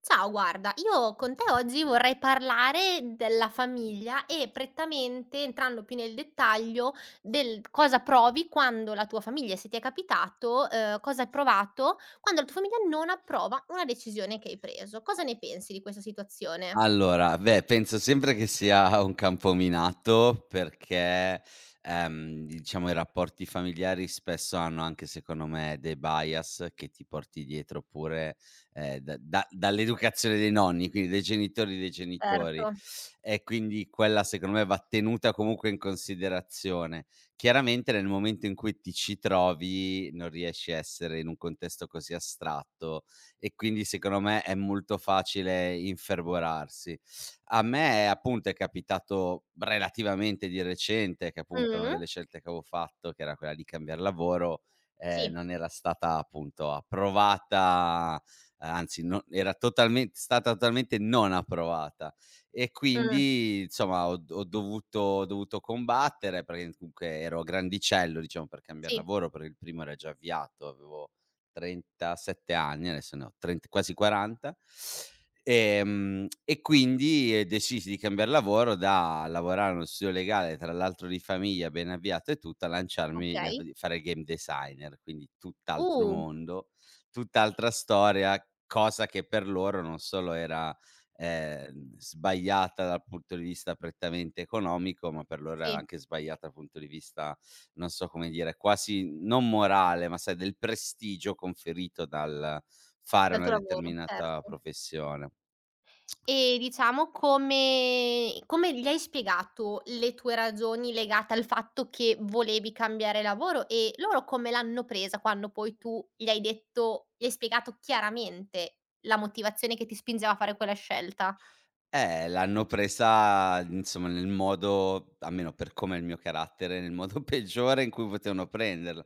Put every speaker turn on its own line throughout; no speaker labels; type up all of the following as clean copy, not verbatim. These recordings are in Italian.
Ciao, guarda, io con te oggi vorrei parlare della famiglia e prettamente, entrando più nel dettaglio, del cosa provi quando la tua famiglia, se ti è capitato, cosa hai provato quando la tua famiglia non approva una decisione che hai preso. Cosa ne pensi di questa situazione?
Allora, beh, penso sempre che sia un campo minato perché, diciamo i rapporti familiari spesso hanno anche secondo me dei bias che ti porti dietro pure, da da dall'educazione dei nonni, quindi dei genitori dei genitori.
Certo.
E quindi quella secondo me va tenuta comunque in considerazione. Chiaramente nel momento in cui ti ci trovi non riesci a essere in un contesto così astratto e quindi secondo me è molto facile infervorarsi. A me appunto è capitato relativamente di recente che appunto una
Mh.
delle scelte che avevo fatto, che era quella di cambiar lavoro,
Sì.
non era stata appunto approvata, anzi no, era totalmente non approvata, e
Mh.
quindi insomma ho dovuto combattere, perché comunque ero grandicello diciamo per cambiar
Sì.
lavoro, perché il primo era già avviato, avevo 37 anni, adesso ne ho trent quasi 40. E quindi, decisi di cambiar lavoro, da lavorare in uno studio legale, tra l'altro di famiglia, ben avviato e tutto, a lanciarmi a
Okay.
f fare il game designer, quindi tutt'altro
Uh,
mondo, tutt'altra storia, cosa che per loro non solo era, sbagliata dal punto di vista prettamente economico, ma per loro era
sì,
anche sbagliata dal punto di vista, non so come dire, quasi non morale, ma sai, del prestigio conferito dal fare
dal
una
tuo lavoro,
determinata
certo.
professione.
E diciamo come gli hai spiegato le tue ragioni legate al fatto che volevi cambiare lavoro e loro come l'hanno presa quando poi tu gli hai detto gli hai spiegato chiaramente la motivazione che ti spingeva a fare quella scelta?
L'hanno presa insomma nel modo, almeno per come è il mio carattere, nel modo peggiore in cui potevano prenderla.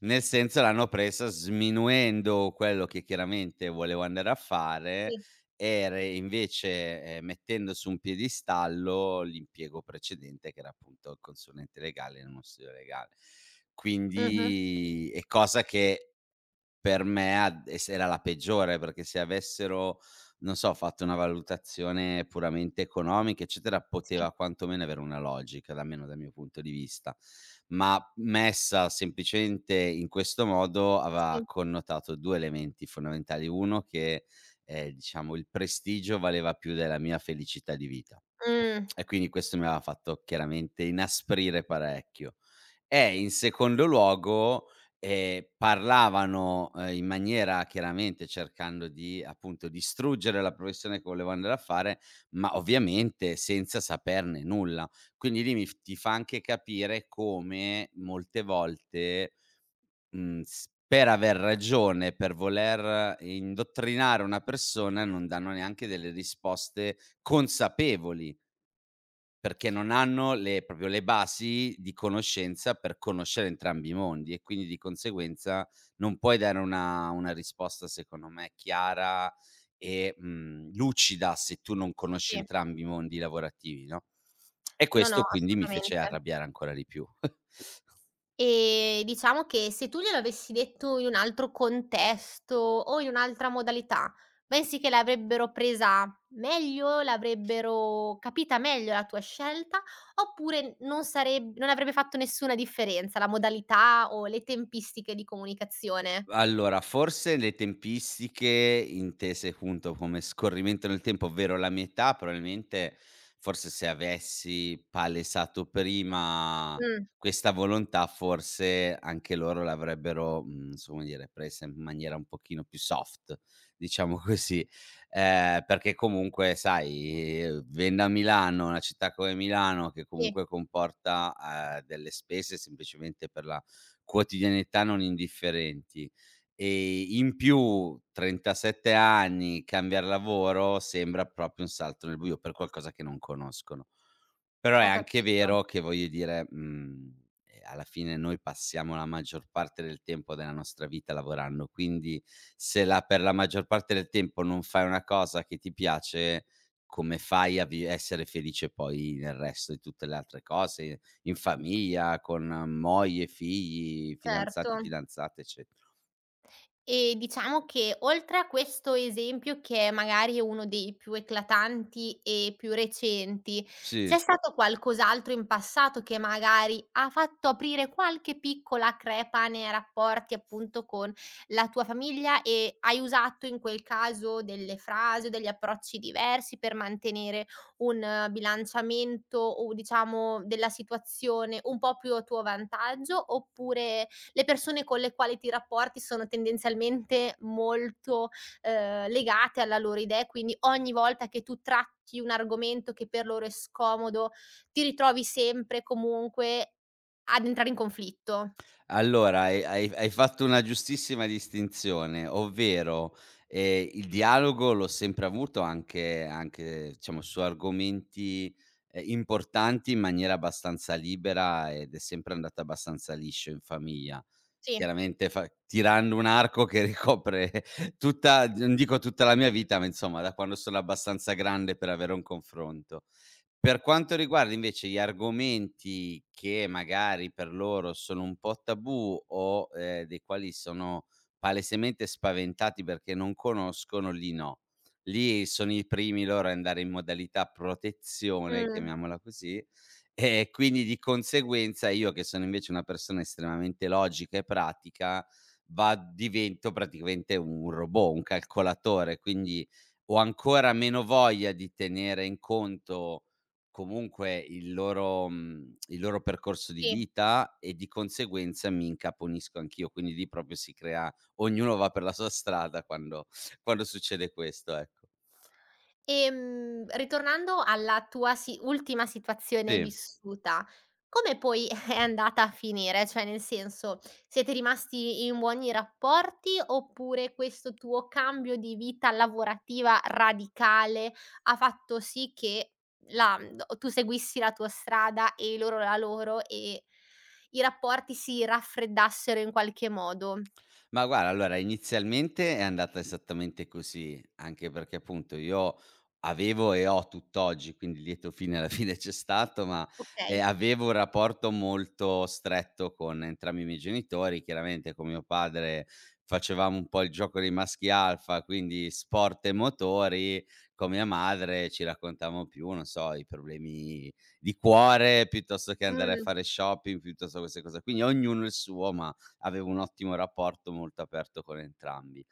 Nel senso, l'hanno presa sminuendo quello che chiaramente volevo andare a fare
Sì.
e re invece, mettendo su un piedistallo l'impiego precedente, che era appunto il consulente legale in uno studio legale.
Mh-mh.
Quindi è cosa che per me a es era la peggiore, perché se avessero, non so, fatto una valutazione puramente economica, eccetera,
Sì,
poteva quantomeno avere una logica, da almeno dal mio punto di vista. Ma messa semplicemente in questo modo, aveva
sì.
connotato 2 elementi fondamentali: uno, che, diciamo, il prestigio valeva più della mia felicità di vita.
Mh.
E quindi questo mi aveva fatto chiaramente inasprire parecchio. E in secondo luogo, parlavano, in maniera chiaramente cercando di, appunto, distruggere la professione che volevo andare a fare, ma ovviamente senza saperne nulla. Quindi lì mi f ti fa anche capire come molte volte, s per aver ragione, per voler indottrinare una persona, non danno neanche delle risposte consapevoli. Perché non hanno le basi di conoscenza per conoscere entrambi i mondi, e quindi di conseguenza non puoi dare una risposta secondo me chiara e, lucida, se tu non conosci
Sì.
entrambi i mondi lavorativi, no, e
No, no,
questo quindi mi
assolutamente.
fece arrabbiare ancora di più.
Diciamo che se tu gliel'avessi detto in un altro contesto o in un'altra modalità, pensi che l'avrebbero presa meglio, l'avrebbero capita meglio la tua scelta, oppure non avrebbe fatto nessuna differenza la modalità o le tempistiche di comunicazione?
Allora, forse le tempistiche intese appunto come scorrimento nel tempo, ovvero la mia età, probabilmente, forse se avessi palesato prima
Mh,
questa volontà, forse anche loro l'avrebbero, non so come dire, presa in maniera un pochino più soft, diciamo così. Perché comunque sai, vivendo a Milano, una città come Milano che
sì,
comunque comporta, delle spese semplicemente per la quotidianità non indifferenti. In più, 37 anni, cambiar lavoro sembra proprio un salto nel buio per qualcosa che non conoscono. Però è
ho
anche
capito,
vero che, voglio dire, alla fine noi passiamo la maggior parte del tempo della nostra vita lavorando, quindi se la per la maggior parte del tempo non fai una cosa che ti piace, come fai a vi essere felice poi nel resto di tutte le altre cose, in famiglia, con moglie, figli,
certo.
fidanzati, fidanzate, eccetera.
E diciamo che oltre a questo esempio che è magari uno dei più eclatanti e più recenti,
Sì.
c'è stato qualcos'altro in passato che magari ha fatto aprire qualche piccola crepa nei rapporti appunto con la tua famiglia e hai usato in quel caso delle frasi o degli approcci diversi per mantenere un bilanciamento o diciamo della situazione un po' più a tuo vantaggio oppure le persone con le quali ti rapporti sono tendenzialmente molto, legate alla loro idea e quindi ogni volta che tu tratti un argomento che per loro è scomodo, ti ritrovi sempre comunque ad entrare in conflitto.
Allora, hai fatto una giustissima distinzione, ovvero, il dialogo l'ho sempre avuto, anche diciamo su argomenti, importanti, in maniera abbastanza libera, ed è sempre andata abbastanza liscio in famiglia.
Sì,
Chiaramente fa tirando un arco che ricopre tutta, non dico tutta la mia vita, ma insomma da quando sono abbastanza grande per avere un confronto. Per quanto riguarda invece gli argomenti che magari per loro sono un po' tabù o, dei quali sono palesemente spaventati perché non conoscono, lì no. Lì sono i primi loro a andare in modalità protezione,
mh,
chiamiamola così, e quindi di conseguenza io, che sono invece una persona estremamente logica e pratica, va divento praticamente un robot, un calcolatore, quindi ho ancora meno voglia di tenere in conto comunque il loro percorso di
sì.
vita, e di conseguenza mi incaponisco anch'io. Quindi lì proprio si crea, ognuno va per la sua strada quando succede questo, ecco.
Ritornando alla tua si ultima situazione
Sì.
vissuta, come poi è andata a finire? Cioè, nel senso, siete rimasti in buoni rapporti oppure questo tuo cambio di vita lavorativa radicale ha fatto sì che la tu seguissi la tua strada e loro la loro e i rapporti si raffreddassero in qualche modo?
Ma guarda, allora inizialmente è andata esattamente così, anche perché appunto io avevo e ho tutt'oggi, quindi lieto fine alla fine c'è stato, ma,
Okay.
avevo un rapporto molto stretto con entrambi i miei genitori. Chiaramente con mio padre facevamo un po' il gioco dei maschi alfa, quindi sport e motori, con mia madre ci raccontavamo più, non so, i problemi di cuore, piuttosto che andare a
Mh,
fare shopping, piuttosto che queste cose qui. Quindi ognuno il suo, ma avevo un ottimo rapporto, molto aperto, con entrambi.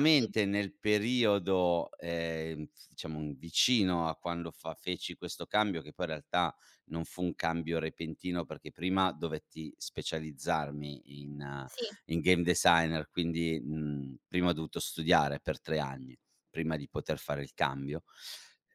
sì,
nel periodo, f diciamo vicino a quando fa feci questo cambio, che poi in realtà non fu un cambio repentino, perché prima dovetti specializzarmi in eh,
sì,
in game designer, quindi, prima ho dovuto studiare per 3 anni, prima di poter fare il cambio.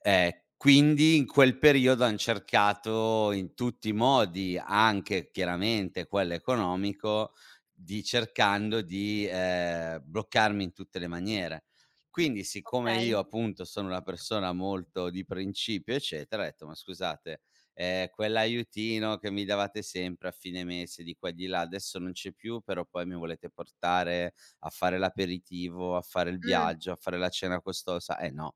Ehm, quindi in quel periodo han cercato in tutti i modi, anche chiaramente quello economico, di cercando di, bloccarmi in tutte le maniere. Quindi siccome
okay.
io appunto sono una persona molto di principio, eccetera, ho detto: "Ma scusate, quell'aiutino che mi davate sempre a fine mese di qua e di là adesso non c'è più, però poi mi volete portare a fare l'aperitivo, a fare il
Mh,
viaggio, a fare la cena costosa? Eh no".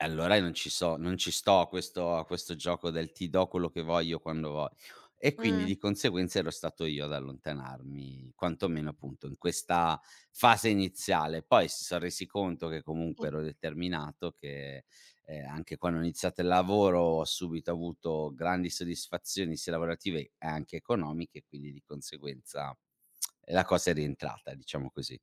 E allora io non ci sto a questo gioco del ti do quello che voglio quando vog e quindi
mh,
di conseguenza ero stato io ad allontanarmi, quantomeno appunto in questa fase iniziale. Poi si son resi conto che comunque
sì.
ero determinato, che, anche quando ho iniziato il lavoro ho subito avuto grandi soddisfazioni sia lavorative e anche economiche, quindi di conseguenza la cosa è rientrata, diciamo così.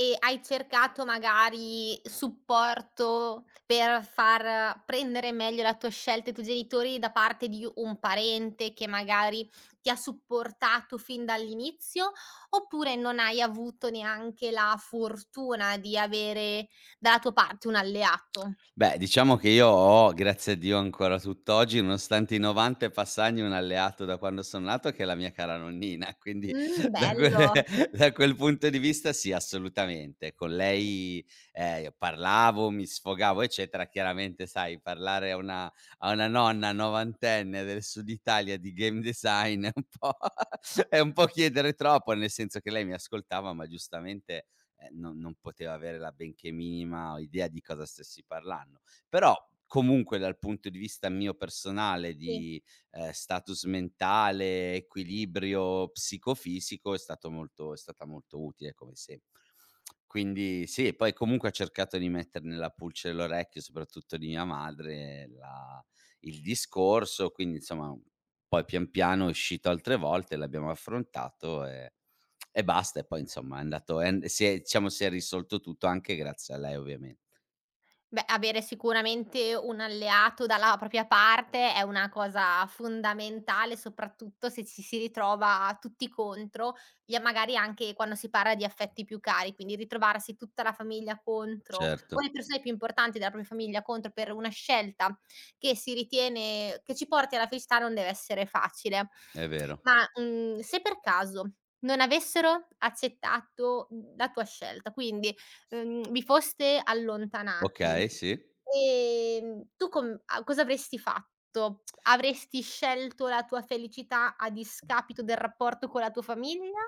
E hai cercato magari supporto per far prendere meglio la tua scelta ai tuoi genitori da parte di un parente che magari ti ha supportato fin dall'inizio, oppure non hai avuto neanche la fortuna di avere dalla tua parte un alleato?
Beh, diciamo che io ho, grazie a Dio ancora tutt'oggi, nonostante i 90 e passagni, un alleato da quando son nato, che è la mia cara nonnina, quindi da que
Bello,
da quel punto di vista sì, assolutamente. Con lei, io parlavo, mi sfogavo, eccetera. Chiaramente, sai, parlare a una nonna novantenne del Sud Italia di game design è un po' è un po' chiedere troppo, nel senso che lei mi ascoltava, ma giustamente non poteva avere la benché minima idea di cosa stessi parlando. Però comunque dal punto di vista mio personale
sì.
di, status mentale, equilibrio psicofisico, è stata molto utile come sempre. Quindi sì, e poi comunque ho cercato di mettere nella pulce dell'orecchio, soprattutto di mia madre, la il discorso, quindi insomma poi pian piano è uscito altre volte, l'abbiamo affrontato e basta, e poi insomma è andato è an si è, diciamo, si è risolto tutto anche grazie a lei ovviamen.
Beh, avere sicuramente un alleato dalla propria parte è una cosa fondamentale, soprattutto se ci si ritrova tutti contro, e magari anche quando si parla di affetti più cari, quindi ritrovarsi tutta la famiglia contro o
Certo,
le persone più importanti della propria famiglia contro per una scelta che si ritiene che ci porti alla felicità non deve essere facile.
è vero.
Ma, se per caso non avessero accettato, la tua scelta, quindi, vi foste allontanati.
Okay, sì.
Tu com a cosa avresti fatto? Avresti scelto la tua felicità a discapito del rapporto con la tua famiglia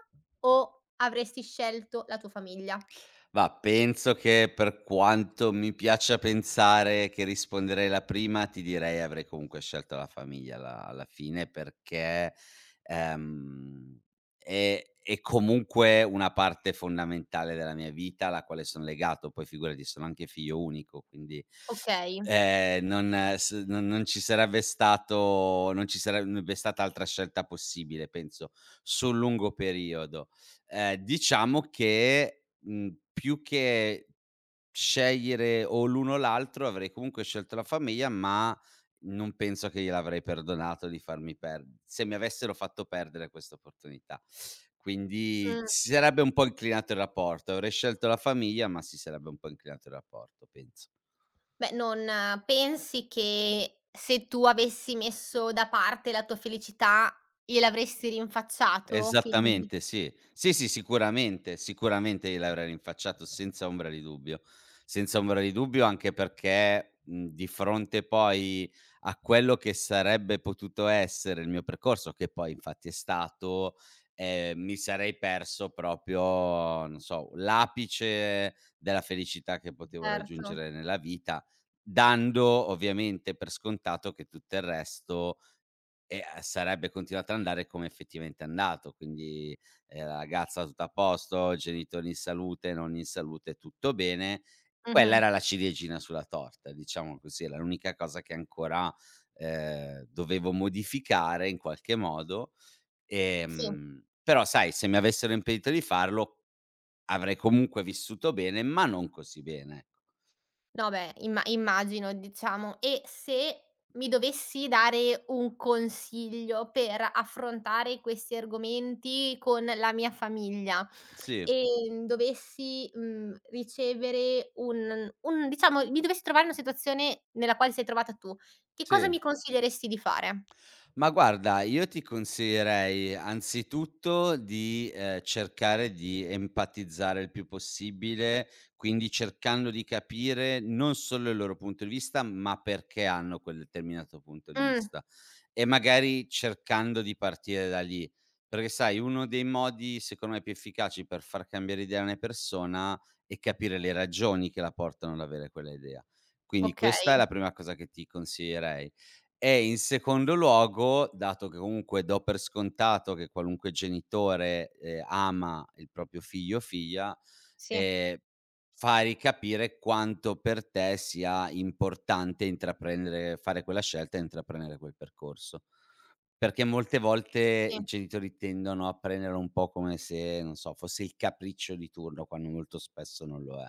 o avresti scelto la tua famiglia?
Ma penso che, per quanto mi piaccia pensare che risponderei la prima, ti direi avrei comunque scelto la famiglia alla fine, perché, ehm, è comunque una parte fondamentale della mia vita, alla quale son legato, poi figurati, sono anche figlio unico, quindi.
Okay.
Non ci sarebbe stato non ci sarebbe stata altra scelta possibile, penso, sul lungo periodo. Diciamo che, più che scegliere o l'uno o l'altro, avrei comunque scelto la famiglia, ma non penso che gliel'avrei perdonato di farmi per se mi avessero fatto perdere questa opportunità. Quindi
Mh.
si sarebbe un po' inclinato il rapporto, avrei scelto la famiglia, ma si sarebbe un po' inclinato il rapporto, penso.
Beh, non pensi che se tu avessi messo da parte la tua felicità gliel'avresti rinfacciato? Quindi
Esattamente, sì. Sì, sì, sicuramente, sicuramente gliel'avrei rinfacciato senza ombra di dubbio. Senza ombra di dubbio, anche perché, di fronte poi a quello che sarebbe potuto essere il mio percorso, che poi infatti è stato, mi sarei perso proprio, non so, l'apice della felicità che potevo
certo.
raggiungere nella vita, dando ovviamente per scontato che tutto il resto e, sarebbe continuato ad andare come effettivamente è andato, quindi, la ragazza tutta a posto, genitori in salute, nonni in salute, tutto bene. Quella
Mh-mh.
era la ciliegina sulla torta, diciamo così, era l'unica cosa che ancora, dovevo modificare in qualche modo,
Sì.
però sai, se mi avessero impedito di farlo avrei comunque vissuto bene. Ma non così bene, ecco.
No beh, immagino diciamo. E se mi dovessi dare un consiglio per affrontare questi argomenti con la mia famiglia,
Sì,
dovessi, ricevere un diciamo mi dovessi trovare in una situazione nella quale sei trovata tu, che cosa
sì.
mi consiglieresti di fare?
Ma guarda, io ti consiglierei anzitutto di, cercare di empatizzare il più possibile, quindi cercando di capire non solo il loro punto di vista, ma perché hanno quel determinato punto di
Mh,
vista, e magari cercando di partire da lì. Perché sai, uno dei modi secondo me più efficaci per far cambiare idea a una persona è capire le ragioni che la portano ad avere quella idea. Quindi questa
okay,
è la prima cosa che ti consiglierei. E in secondo luogo, dato che comunque do per scontato che qualunque genitore, ama il proprio figlio o figlia,
sì,
ehm, fai capire quanto per te sia importante intraprendere fare quella scelta e intraprendere quel percorso. Perché molte volte
sì.
i genitori tendono a prenderlo un po' come se, non so, fosse il capriccio di turno, quando molto spesso non lo è.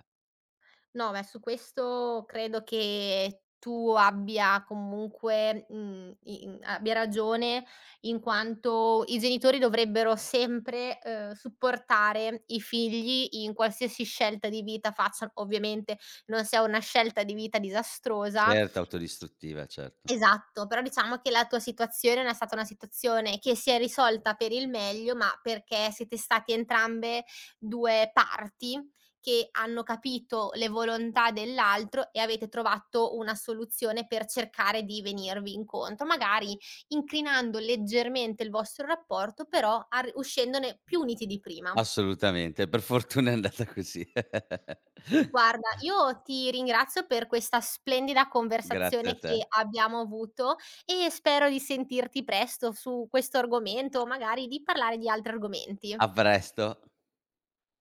No, beh, su questo credo che tu abbia comunque, mhmm, i in abbia ragione, in quanto i genitori dovrebbero sempre, supportare i figli in qualsiasi scelta di vita facciano, ovviamente non sia una scelta di vita disastrosa.
Certo, autodistruttiva, certo.
Esatto, però diciamo che la tua situazione non è stata una situazione che si è risolta per il meglio, ma perché siete stati entrambe 2 parti che hanno capito le volontà dell'altro e avete trovato una soluzione per cercare di venirvi incontro, magari incrinando leggermente il vostro rapporto, però ar uscendone più uniti di prima.
Assolutamente, per fortuna è andata così.
Guarda, io ti ringrazio per questa splendida
Grazie a
conversazione che
te.
abbiamo avuto e spero di sentirti presto su questo argomento, magari di parlare di altri argomenti.
A presto.